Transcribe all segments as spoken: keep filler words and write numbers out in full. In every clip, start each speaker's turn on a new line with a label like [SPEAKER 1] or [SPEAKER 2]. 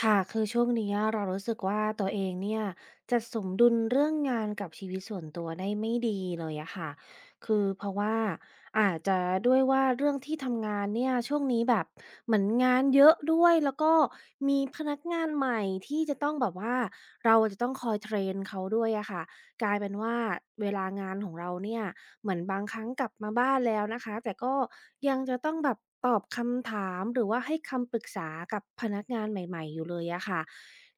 [SPEAKER 1] ค่ะคือช่วงนี้เรารู้สึกว่าตัวเองเนี่ยจัดสมดุลเรื่องงานกับชีวิตส่วนตัวได้ไม่ดีเลยอะค่ะคือเพราะว่าอาจจะด้วยว่าเรื่องที่ทำงานเนี่ยช่วงนี้แบบเหมือนงานเยอะด้วยแล้วก็มีพนักงานใหม่ที่จะต้องแบบว่าเราจะต้องคอยเทรนเขาด้วยอะค่ะ กลายเป็นว่าเวลางานของเราเนี่ยเหมือนบางครั้งกลับมาบ้านแล้วนะคะแต่ก็ยังจะต้องแบบตอบคำถามหรือว่าให้คำปรึกษากับพนักงานใหม่ๆอยู่เลยอะค่ะ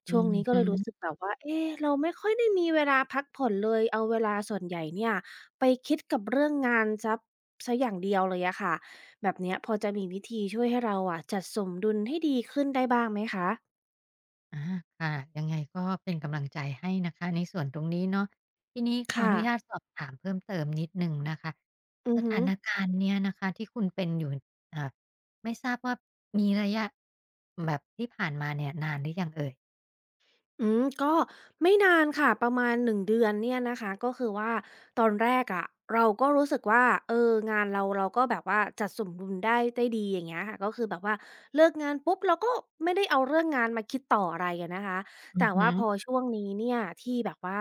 [SPEAKER 2] อื
[SPEAKER 1] ช่ว
[SPEAKER 2] อ
[SPEAKER 1] งนี้ก็
[SPEAKER 2] ฮึ
[SPEAKER 1] เลยรู้สึกแบบว่าเอ๊ะเราไม่ค่อยได้มีเวลาพักผ่อนเลยเอาเวลาส่วนใหญ่เนี่ยไปคิดกับเรื่องงานเสียเสียอย่างเดียวเลยอะค่ะแบบเนี้ยพอจะมีวิธีช่วยให้เราอะจัดสมดุลให้ดีขึ้นได้บ้างไหมคะ
[SPEAKER 2] อาค่ะยังไงก็เป็นกำลังใจให้นะคะในส่วนตรงนี้เนาะทีนี้ขออ
[SPEAKER 1] ค่ะ
[SPEAKER 2] นุญาตสอบถามเพิ่มเติมนิดหนึ่งนะคะ
[SPEAKER 1] อื
[SPEAKER 2] ส
[SPEAKER 1] อฮึ
[SPEAKER 2] ถานการณ์เนี้ยนะคะที่คุณเป็นอยู่อ่าไม่ทราบว่ามีระยะแบบที่ผ่านมาเนี่ยนานหรือยังเอ่ย
[SPEAKER 1] อืมก็ไม่นานค่ะประมาณหนึ่งเดือนเนี่ยนะคะก็คือว่าตอนแรกอะเราก็รู้สึกว่าเอองานเราเราก็แบบว่าจัดสมดุลได้ได้ดีอย่างเงี้ยค่ะก็คือแบบว่าเลิกงานปุ๊บเราก็ไม่ได้เอาเรื่องงานมาคิดต่ออะไรอะนะคะ
[SPEAKER 2] อื
[SPEAKER 1] แต่
[SPEAKER 2] อ
[SPEAKER 1] ว่า
[SPEAKER 2] ฮึ
[SPEAKER 1] พอช่วงนี้เนี่ยที่แบบว่า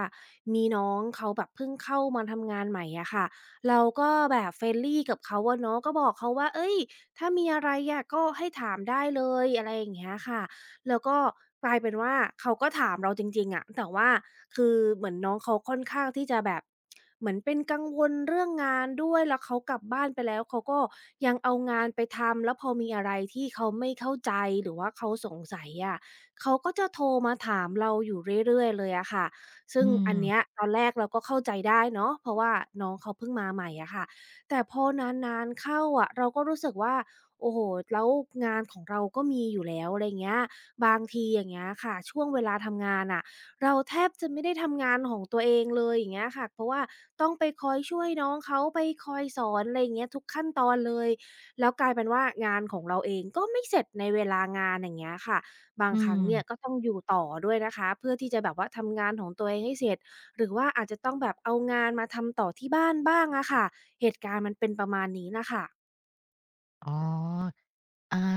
[SPEAKER 1] มีน้องเขาแบบเพิ่งเข้ามาทำงานใหม่อะค่ะเราก็แบบ friendly กับเขาอะเนาะก็บอกเขาว่าเฮ้ยถ้ามีอะไรอะก็ให้ถามได้เลยอะไรอย่างเงี้ยค่ะ แล้วก็กลายเป็นว่าเขาก็ถามเราจริงๆอะแต่ว่าคือเหมือนน้องเขาค่อนข้างที่จะแบบเหมือนเป็นกังวลเรื่องงานด้วยแล้วเขากลับบ้านไปแล้วเขาก็ยังเอางานไปทำแล้วพอมีอะไรที่เขาไม่เข้าใจหรือว่าเขาสงสัยอะเขาก็จะโทรมาถามเราอยู่เรื่อยๆเลยอะค่ะ
[SPEAKER 2] อื
[SPEAKER 1] ซึ่งอันเนี้ย
[SPEAKER 2] ม
[SPEAKER 1] ตอนแรกเราก็เข้าใจได้เนาะเพราะว่าน้องเขาเพิ่งมาใหม่อะค่ะแต่พอนานๆเข้าอะเราก็รู้สึกว่าโอ้โฮแล้วงานของเราก็มีอยู่แล้วอะไรเงี้ย บางทีอย่างเงี้ยค่ะช่วงเวลาทำงานอ่ะเราแทบจะไม่ได้ทำงานของตัวเองเลยอย่างเงี้ยค่ะเพราะว่าต้องไปคอยช่วยน้องเขาไปคอยสอนอะไรอย่างเงี้ยทุกขั้นตอนเลยแล้วกลายเป็นว่างานของเราเองก็ไม่เสร็จในเวลางานอย่างเงี้ยค่ะบาง
[SPEAKER 2] อื
[SPEAKER 1] ครั้ง
[SPEAKER 2] ม
[SPEAKER 1] เนี่ยก็ต้องอยู่ต่อด้วยนะคะเพื่อที่จะแบบว่าทำงานของตัวเองให้เสร็จหรือว่าอาจจะต้องแบบเอางานมาทำต่อที่บ้านบ้างอะค่ะเหตุการณ์มันเป็นประมาณนี้นะคะ
[SPEAKER 2] อ๋ออ่า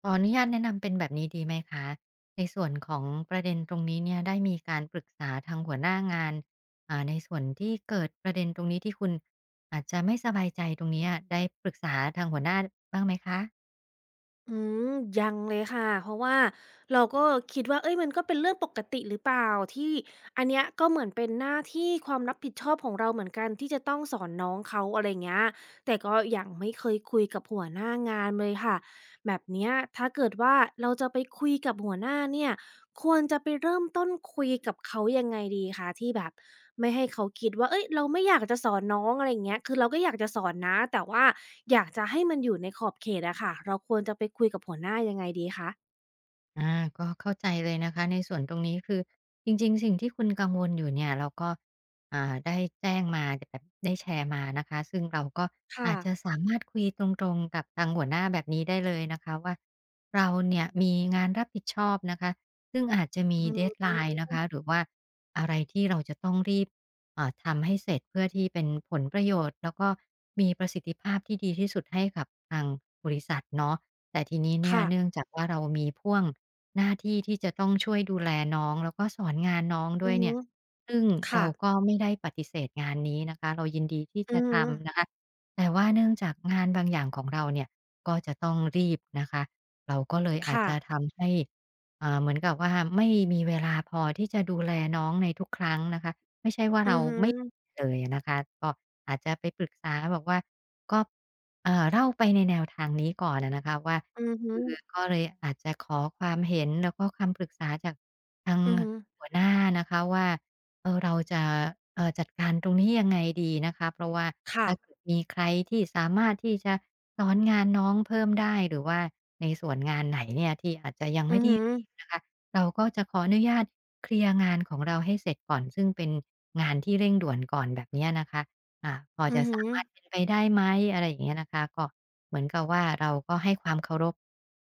[SPEAKER 2] ขออนุญาตแนะนำเป็นแบบนี้ดีไหมคะในส่วนของประเด็นตรงนี้เนี่ยได้มีการปรึกษาทางหัวหน้างานอ่าในส่วนที่เกิดประเด็นตรงนี้ที่คุณอาจจะไม่สบายใจตรงเนี้ยได้ปรึกษาทางหัวหน้าบ้างไหมคะ
[SPEAKER 1] อืมยังเลยค่ะเพราะว่าเราก็คิดว่าเอ้ยมันก็เป็นเรื่องปกติหรือเปล่าที่อันเนี้ยก็เหมือนเป็นหน้าที่ความรับผิดชอบของเราเหมือนกันที่จะต้องสอนน้องเขาอะไรเงี้ยแต่ก็ยังไม่เคยคุยกับหัวหน้างานเลยค่ะแบบเนี้ยถ้าเกิดว่าเราจะไปคุยกับหัวหน้าเนี่ย ควรจะไปเริ่มต้นคุยกับเขายังไงดีคะที่แบบไม่ให้เขาคิดว่าเฮ้ยเราไม่อยากจะสอนน้องอะไรอย่างเงี้ยคือเราก็อยากจะสอนนะแต่ว่าอยากจะให้มันอยู่ในขอบเขตอะค่ะเราควรจะไปคุยกับหัวหน้ายังไงดีคะ
[SPEAKER 2] อาก็เข้าใจเลยนะคะในส่วนตรงนี้คือจริงๆสิ่งที่คุณกังวลอยู่เนี่ยเราก็อ่าได้แจ้งมาแบบได้แชร์มานะคะซึ่งเราก็
[SPEAKER 1] ค่ะ
[SPEAKER 2] อาจจะสามารถคุยตรงๆกับทางหัวหน้าแบบนี้ได้เลยนะคะว่าเราเนี่ยมีงานรับผิดชอบนะคะซึ่งอาจจะมี
[SPEAKER 1] อืม
[SPEAKER 2] deadline นนะคะหรือว่าอะไรที่เราจะต้องรีบอ่าทำให้เสร็จเพื่อที่เป็นผลประโยชน์แล้วก็มีประสิทธิภาพที่ดีที่สุดให้กับทางบริษัทเนาะแต่ทีนี้เนี่ย
[SPEAKER 1] ค่ะ
[SPEAKER 2] เนื่องจากว่าเรามีพ่วง หน้าที่ที่จะต้องช่วยดูแลน้องแล้วก็สอนงานน้องด้
[SPEAKER 1] อื
[SPEAKER 2] วย
[SPEAKER 1] อ
[SPEAKER 2] เนี่
[SPEAKER 1] ฮึ
[SPEAKER 2] ยซึ่งเรา
[SPEAKER 1] ค่ะ
[SPEAKER 2] ก็ไม่ได้ปฏิเสธงานนี้นะคะเรายินดีที่
[SPEAKER 1] อื
[SPEAKER 2] จะ
[SPEAKER 1] อฮึ
[SPEAKER 2] ทำนะคะแต่ว่าเนื่องจากงานบางอย่างของเราเนี่ยก็จะต้องรีบนะคะเราก็เลยอาจ
[SPEAKER 1] ค่ะ
[SPEAKER 2] จะทำให้เอ่าเหมือนกับว่าไม่มีเวลาพอที่จะดูแลน้องในทุกครั้งนะคะไม่ใช่ว่า
[SPEAKER 1] อื
[SPEAKER 2] เรา
[SPEAKER 1] อฮึ
[SPEAKER 2] ไม่เลยอะนะคะก็อาจจะไปปรึกษาบอกว่าก็ เอ่อเล่าไปในแนวทางนี้ก่อนอะนะคะว่า
[SPEAKER 1] อือฮึ
[SPEAKER 2] คือก็เลยอาจจะขอความเห็นแล้วก็คำปรึกษาจากทาง
[SPEAKER 1] อือฮึ
[SPEAKER 2] หัวหน้านะคะว่าเออเราจะเอ่อจัดการตรงนี้ยังไงดีนะคะเพราะว่า
[SPEAKER 1] ค่ะ
[SPEAKER 2] ถ้าเกิดมีใครที่สามารถที่จะสอนงานน้องเพิ่มได้หรือว่าในส่วนงานไหนเนี่ยที่อาจจะยัง
[SPEAKER 1] อื
[SPEAKER 2] ไม่
[SPEAKER 1] อ
[SPEAKER 2] ได้
[SPEAKER 1] ฮึ
[SPEAKER 2] รีบนะคะเราก็จะขออนุญาตเคลียร์งานของเราให้เสร็จก่อนซึ่งเป็นงานที่เร่งด่วนก่อนแบบเนี้ยนะคะ อ่าพอ
[SPEAKER 1] อื
[SPEAKER 2] จะ
[SPEAKER 1] อฮึ
[SPEAKER 2] สามารถเป็นไปได้ไหมอะไรอย่างเงี้ยนะคะก็เหมือนกับว่าเราก็ให้ความเคารพ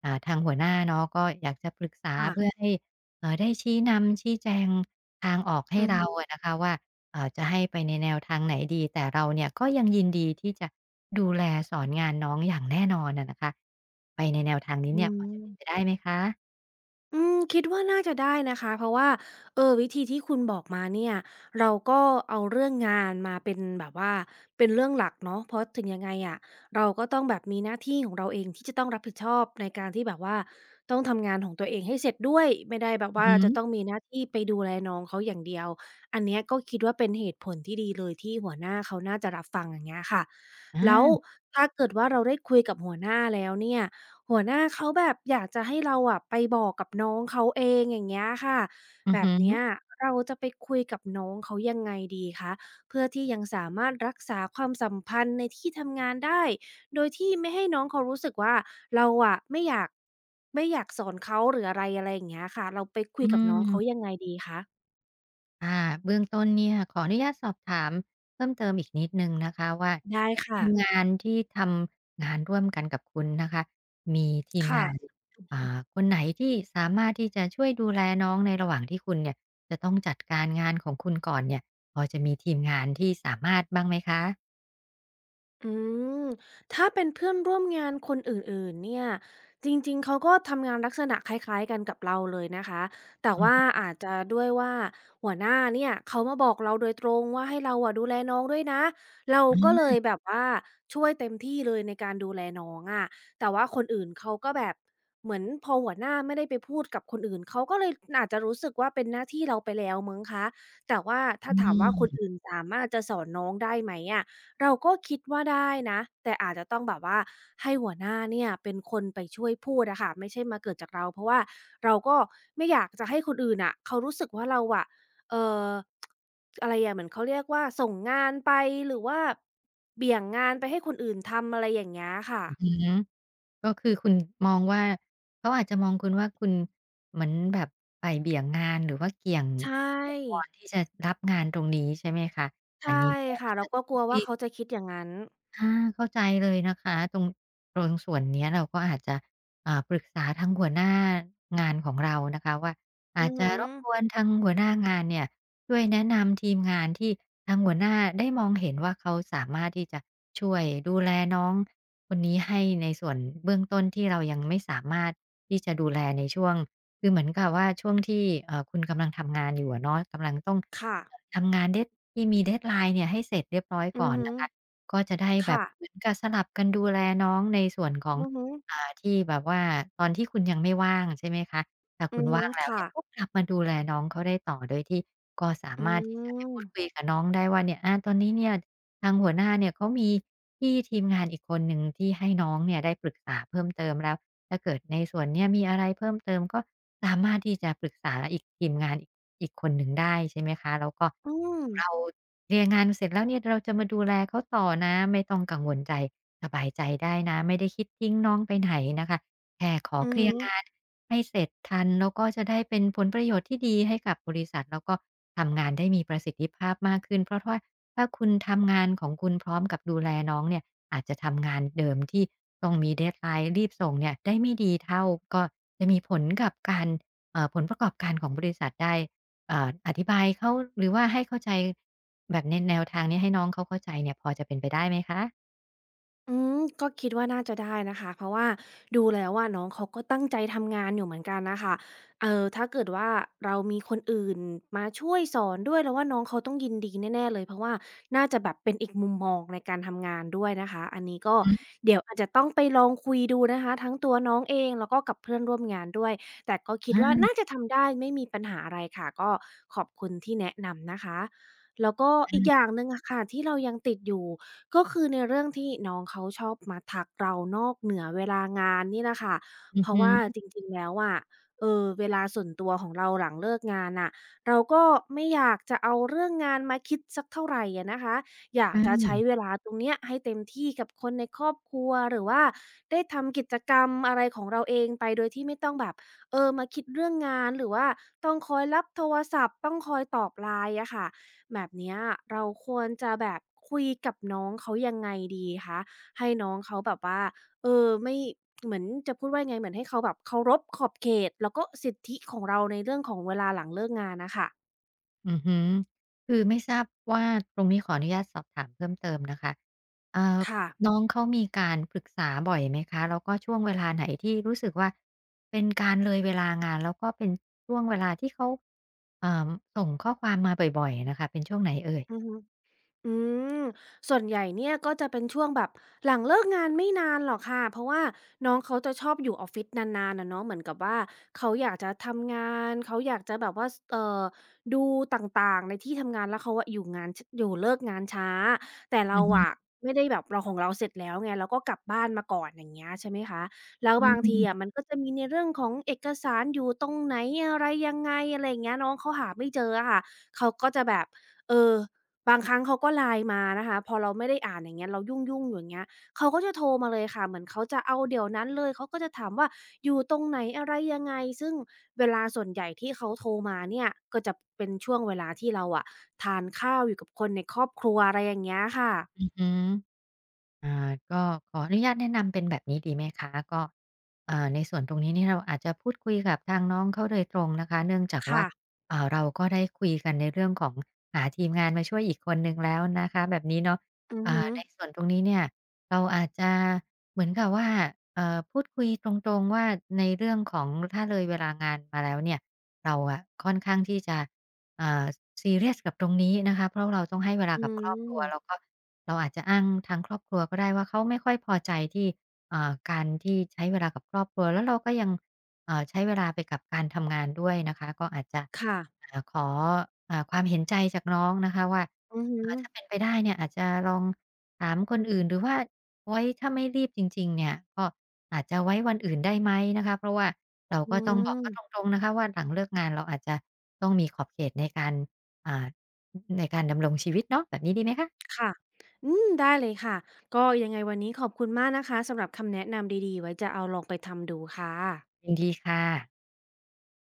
[SPEAKER 2] อ่าทางหัวหน้าเนาะก็อยากจะปรึกษาเพื่อ
[SPEAKER 1] ค่ะ
[SPEAKER 2] ให้เอ่อได้ชี้นำชี้แจงทางออกให้
[SPEAKER 1] อือ
[SPEAKER 2] เรา
[SPEAKER 1] ฮึ
[SPEAKER 2] อะนะคะว่าเอ่อจะให้ไปในแนวทางไหนดีแต่เราเนี่ยก็ยังยินดีที่จะดูแลสอนงานน้องอย่างแน่นอนอะนะคะไปในแนวทางนี้
[SPEAKER 1] อื
[SPEAKER 2] เนี่ยพอจะ
[SPEAKER 1] ม
[SPEAKER 2] เป็นไปได้ไหมคะ
[SPEAKER 1] อืมคิดว่าน่าจะได้นะคะเพราะว่าเออวิธีที่คุณบอกมาเนี่ยเราก็เอาเรื่องงานมาเป็นแบบว่าเป็นเรื่องหลักเนาะเพราะถึงยังไงอะเราก็ต้องแบบมีหน้าที่ของเราเองที่จะต้องรับผิดชอบในการที่แบบว่าต้องทำงานของตัวเองให้เสร็จด้วยไม่ได้แบบว่า
[SPEAKER 2] อือฮึ
[SPEAKER 1] จะต้องมีหน้าที่ไปดูแลน้องเขาอย่างเดียวอันเนี้ยก็คิดว่าเป็นเหตุผลที่ดีเลยที่หัวหน้าเขาน่าจะรับฟังอย่างเงี้ยค่ะแล้ว
[SPEAKER 2] อา
[SPEAKER 1] ถ้าเกิดว่าเราได้คุยกับหัวหน้าแล้วเนี่ย หัวหน้าเขาแบบอยากจะให้เราอะไปบอกกับน้องเขาเองอย่างเงี้ยค่ะ
[SPEAKER 2] อือ
[SPEAKER 1] แบ
[SPEAKER 2] ฮึ
[SPEAKER 1] บเนี้ยเราจะไปคุยกับน้องเขายังไงดีคะเพื่อที่ยังสามารถรักษาความสัมพันธ์ในที่ทำงานได้โดยที่ไม่ให้น้องเขารู้สึกว่าเราอะไม่อยากไม่อยากสอนเขาหรืออะไรอะไรอย่างเงี้ยค่ะเราไปคุย
[SPEAKER 2] อื
[SPEAKER 1] กับน้องเขา
[SPEAKER 2] ม
[SPEAKER 1] ยังไงดีคะ
[SPEAKER 2] อ่าเบื้องต้นเนี่ยขออนุญาตสอบถามเพิ่มเติมอีกนิดหนึ่งนะคะว่า
[SPEAKER 1] ได้
[SPEAKER 2] ในที
[SPEAKER 1] ค่ะ
[SPEAKER 2] มงานที่ทำงานร่วมกันกับคุณนะคะมีทีม
[SPEAKER 1] ค่ะ
[SPEAKER 2] งานอ่าคนไหนที่สามารถที่จะช่วยดูแลน้องในระหว่างที่คุณเนี่ยจะต้องจัดการงานของคุณก่อนเนี่ยพอจะมีทีมงานที่สามารถบ้างไหมคะ
[SPEAKER 1] อืมถ้าเป็นเพื่อนร่วมงานคนอื่นๆเนี่ยจริงๆเขาก็ทำงานลักษณะคล้ายๆกันกับเราเลยนะคะแต่
[SPEAKER 2] อือ
[SPEAKER 1] ว่า
[SPEAKER 2] ฮึ
[SPEAKER 1] อาจจะด้วยว่าหัวหน้าเนี่ยเขามาบอกเราโดยตรงว่าให้เราอะดูแลน้องด้วยนะเราก็เลยแบบว่าช่วยเต็มที่เลยในการดูแลน้องอะแต่ว่าคนอื่นเขาก็แบบเหมือนพอหัวหน้าไม่ได้ไปพูดกับคนอื่นเขาก็เลยอาจจะรู้สึกว่าเป็นหน้าที่เราไปแล้วมั้งคะแต่ว่าถ้า
[SPEAKER 2] อื
[SPEAKER 1] ถามว่าคน
[SPEAKER 2] ม
[SPEAKER 1] อื่นสามารถจะสอนน้องได้ไหมอะ เราก็คิดว่าได้นะแต่อาจจะต้องแบบว่าให้หัวหน้าเนี่ยเป็นคนไปช่วยพูดอะค่ะไม่ใช่มาเกิดจากเราเพราะว่าเราก็ไม่อยากจะให้คนอื่นอ่ะเขารู้สึกว่าเราอะเอ่ออะไรอะเหมือนเขาเรียกว่าส่งงานไปหรือว่าเบี่ยงงานไปให้คนอื่นทำอะไรอย่างเงี้ยค่ะ
[SPEAKER 2] อือฮึ ก็คือคุณมองว่าเขาอาจจะมองคุณว่าคุณเหมือนแบบบ่ายเบี่ยงงานหรือว่าเกี่ยง
[SPEAKER 1] ใช
[SPEAKER 2] เกี่ยงวอ
[SPEAKER 1] ่
[SPEAKER 2] นที่จะรับงานตรงนี้ใช่ไหมคะอั
[SPEAKER 1] ใช่
[SPEAKER 2] นนี้ก็
[SPEAKER 1] ค่ะ
[SPEAKER 2] อาจ
[SPEAKER 1] เรา
[SPEAKER 2] จะ
[SPEAKER 1] ก็กลัว
[SPEAKER 2] คุ
[SPEAKER 1] ว่า
[SPEAKER 2] ย
[SPEAKER 1] เขาจะคิดอย่างงั้น
[SPEAKER 2] อาเข้าใจเลยนะคะตรงตรงส่วนเนี้ยเราก็อาจจะอ่าปรึกษาทางหัวหน้างานของเรานะคะว่า
[SPEAKER 1] อื
[SPEAKER 2] อาจ
[SPEAKER 1] อ
[SPEAKER 2] จะ
[SPEAKER 1] ฮึ
[SPEAKER 2] รบกวนทางหัวหน้างานเนี่ยช่วยแนะนำทีมงานที่ทางหัวหน้าได้มองเห็นว่าเขาสามารถที่จะช่วยดูแลน้องคนนี้ให้ในส่วนเบื้องต้นที่เรายังไม่สามารถที่จะดูแลในช่วงคือเหมือนกับว่าช่วงที่เอ่อคุณกำลังทำงานอยู่อะเนาะกำลังต้อง
[SPEAKER 1] ค่ะ
[SPEAKER 2] ทำงาน dead ที่มี deadline เนี่ยให้เสร็จเรียบร้อย
[SPEAKER 1] อื
[SPEAKER 2] ก่อ
[SPEAKER 1] อ
[SPEAKER 2] น
[SPEAKER 1] ฮึ
[SPEAKER 2] นะคะ ก็จะได้แบบ
[SPEAKER 1] ค่ะ
[SPEAKER 2] เหมือนกับสลับกันดูแลน้องในส่วนของ
[SPEAKER 1] อือฮึ
[SPEAKER 2] อ่าที่แบบว่าตอนที่คุณยังไม่ว่างใช่ไหมคะถ้าคุ
[SPEAKER 1] อื
[SPEAKER 2] ณ
[SPEAKER 1] อฮึ
[SPEAKER 2] ว่างแล้ว
[SPEAKER 1] ค่ะ
[SPEAKER 2] เนี่ยก็กลับมาดูแลน้องเขาได้ต่อโดยที่ก็สา
[SPEAKER 1] อื
[SPEAKER 2] มารถที่จะไป
[SPEAKER 1] ม
[SPEAKER 2] พูดคุยกับน้องได้ว่าเนี่ยอาตอนนี้เนี่ยทางหัวหน้าเนี่ยเขามีพี่ทีมงานอีกคนหนึ่งที่ให้น้องเนี่ยได้ปรึกษาเพิ่มเติมแล้ว ถ้าเกิดในส่วนเนี้ยมีอะไรเพิ่มเติมก็สามารถที่จะปรึกษาอีกทีมงานอีกอีกคนหนึ่งได้ใช่ไหมคะแล้วก็เ
[SPEAKER 1] อื
[SPEAKER 2] ดี๋
[SPEAKER 1] ม
[SPEAKER 2] ยวเราเรียนงานเสร็จแล้วเนี่ยเราจะมาดูแลเขาต่อนะไม่ต้องกังวลใจสบายใจได้นะไม่ได้คิดทิ้งน้องไปไหนนะคะแค่ขอ
[SPEAKER 1] อือ
[SPEAKER 2] เคลี
[SPEAKER 1] ฮึ
[SPEAKER 2] ยร์งานให้เสร็จทันแล้วก็จะได้เป็นผลประโยชน์ที่ดีให้กับบริษัทแล้วก็ทำงานได้มีประสิทธิภาพมากขึ้นเพราะว่าถ้าคุณทำงานของคุณพร้อมกับดูแลน้องเนี่ย อาจจะทำงานเดิมที่ต้องมี deadline รีบส่งเนี่ยได้ไม่ดีเท่าก็จะมีผลกับการเอ่อผลประกอบการของบริษัทได้เอ่ออธิบายเขาหรือว่าให้เข้าใจแบบในแนวทางนี้ให้น้องเขาเข้าใจเนี่ยพอจะเป็นไปได้ไหมคะ
[SPEAKER 1] อืมก็คิดว่าน่าจะได้นะคะเพราะว่าดูแล้วว่าน้องเขาก็ตั้งใจทำงานอยู่เหมือนกันนะคะเอ่อถ้าเกิดว่าเรามีคนอื่นมาช่วยสอนด้วยเราว่าน้องเขาต้องยินดีแน่ๆเลยเพราะว่าน่าจะแบบเป็นอีกมุมมองในการทำงานด้วยนะคะอันนี้ก็
[SPEAKER 2] อือ
[SPEAKER 1] เดี๋ยวอาจจะต้องไปลองคุยดูนะคะทั้งตัวน้องเองแล้วก็กับเพื่อนร่วมงานด้วยแต่ก็คิดว่า
[SPEAKER 2] อา
[SPEAKER 1] น่าจะทำได้ไม่มีปัญหาอะไรค่ะก็ขอบคุณที่แนะนำนะคะแล้วก็อีกอย่าง
[SPEAKER 2] ๆ
[SPEAKER 1] หนึ่งอะค่ะที่เรายังติดอยู่ ก็คือในเรื่องที่น้องเขาชอบมาทักเรานอกเหนือเวลางานนี่แหละค่ะ
[SPEAKER 2] อือ
[SPEAKER 1] เพราะ
[SPEAKER 2] ฮึ
[SPEAKER 1] ว่าจริงๆแล้วอะเออเวลาส่วนตัวของเราหลังเลิกงานน่ะเราก็ไม่อยากจะเอาเรื่องงานมาคิดสักเท่าไรอะนะคะอยาก
[SPEAKER 2] อื
[SPEAKER 1] จะใช้
[SPEAKER 2] ม
[SPEAKER 1] เวลาตรงเนี้ยให้เต็มที่กับคนในครอบครัวหรือว่าได้ทำกิจกรรมอะไรของเราเองไปโดยที่ไม่ต้องแบบเออมาคิดเรื่องงานหรือว่าต้องคอยรับโทรศัพท์ต้องคอยตอบ ไลน์ อะค่ะ แบบเนี้ยเราควรจะแบบคุยกับน้องเขายังไงดีคะให้น้องเขาแบบว่าเออไม่เหมือนจะพูดว่ายังไงเหมือนให้เขาแบบเคารพขอบเขตแล้วก็สิทธิของเราในเรื่องของเวลาหลังเลิกงานน่ะค่ะ
[SPEAKER 2] อือฮึคือไม่ทราบว่าตรงนี้ขออนุญาตสอบถามเพิ่มเติมนะคะเอ่อ
[SPEAKER 1] ค่ะ
[SPEAKER 2] น้องเขามีการปรึกษาบ่อยไหมคะ แล้วก็ช่วงเวลาไหนที่รู้สึกว่าเป็นการเลยเวลางาน แล้วก็เป็นช่วงเวลาที่เขาเอ่อส่งข้อความมาบ่อยๆน่ะค่ะเป็นช่วงไหนเอ่ย
[SPEAKER 1] อือฮึ อืมส่วนใหญ่เนี่ยก็จะเป็นช่วงแบบหลังเลิกงานไม่นานหรอกค่ะเพราะว่าน้องเขาจะชอบอยู่ออฟฟิศนานๆนะเนาะเหมือนกับว่าเขาอยากจะทำงานเขาอยากจะแบบว่าเอ่อดูต่างๆในที่ทำงานแล้วเขาอะอยู่งานอยู่เลิกงานช้าแต่
[SPEAKER 2] อื
[SPEAKER 1] เรา
[SPEAKER 2] อฮึ
[SPEAKER 1] อะไม่ได้แบบเราของเราเสร็จแล้วไงเราก็กลับบ้านมาก่อนอย่างเงี้ยใช่ไหมคะแล้ว
[SPEAKER 2] อื
[SPEAKER 1] บา
[SPEAKER 2] ม
[SPEAKER 1] ง
[SPEAKER 2] อ
[SPEAKER 1] ทีอะมันก็จะมีในเรื่องของเอกสารอยู่ตรงไหนอะไรยังไงอะไรอย่างเงี้ยน้องเขาหาไม่เจออะค่ะเขาก็จะแบบเออ บางครั้งเขาก็ ไลน์ มานะคะพอเราไม่ได้อ่านอย่างเงี้ยเรายุ่งๆอยู่อย่างเงี้ยเขาก็จะโทรมาเลยค่ะเหมือนเขาจะเอาเดี๋ยวนั้นเลยเขาก็จะถามว่าอยู่ตรงไหนอะไรยังไงซึ่งเวลาส่วนใหญ่ที่เขาโทรมาเนี่ยก็จะเป็นช่วงเวลาที่เราอะทานข้าวอยู่กับคนในครอบครัวอะไรอย่างเงี้ยค่ะ
[SPEAKER 2] ือฮึ อ่าก็ขออนุญาตแนะนำเป็นแบบนี้ดีไหมคะก็เอ่อในส่วนตรงนี้นี่เราอาจจะพูดคุยกับทางน้องเขาโดยตรงนะคะเนื่องจากว่า
[SPEAKER 1] ค่ะ
[SPEAKER 2] เอ่าเราก็ได้คุยกันในเรื่องของหาทีมงานมาช่วยอีกคนหนึ่งแล้วนะคะแบบนี้เนาะ
[SPEAKER 1] อือฮึ
[SPEAKER 2] อ่าในส่วนตรงนี้เนี่ยเราอาจจะเหมือนกับว่าเอ่อพูดคุยตรงๆว่าในเรื่องของถ้าเลยเวลางานมาแล้วเนี่ยเราอะค่อนข้างที่จะเอ่าซีเรียสกับตรงนี้นะคะเพราะเราต้องให้เวลา
[SPEAKER 1] อื
[SPEAKER 2] กับครอบครัวแล้ว
[SPEAKER 1] ม
[SPEAKER 2] ก็ เราอาจจะอ้างทางครอบครัวก็ได้ว่าเขาไม่ค่อยพอใจที่เอ่อการที่ใช้เวลากับครอบครัวแล้วเราก็ยังเอ่อใช้เวลาไปกับการทำงานด้วยนะคะก็อาจจะ
[SPEAKER 1] ค่ะ
[SPEAKER 2] อ่าขออ่าความเห็นใจจากน้องนะคะว่า
[SPEAKER 1] อือฮึ
[SPEAKER 2] อ่าถ้าเป็นไปได้เนี่ยอาจจะลองถามคนอื่นหรือว่าไว้ถ้าไม่รีบจริงๆเนี่ยก็อาจจะไว้วันอื่นได้ไหมนะคะเพราะว่าเรา
[SPEAKER 1] อื
[SPEAKER 2] ก็ต้ออืงมบอกเขาต
[SPEAKER 1] ม
[SPEAKER 2] รงๆนะคะว่าหลังเลิกงานเราอาจจะต้องมีขอบเขตในการอ่าในการดำรงชีวิตเนาะแบบนี้ดีไหมคะ
[SPEAKER 1] ค่ะอืมได้เลยค่ะก็ยังไงวันนี้ขอบคุณมากนะคะสำหรับคำแนะนำดีๆไว้จะเอาลองไปทำดูค่ะ
[SPEAKER 2] ยินดีค่ะ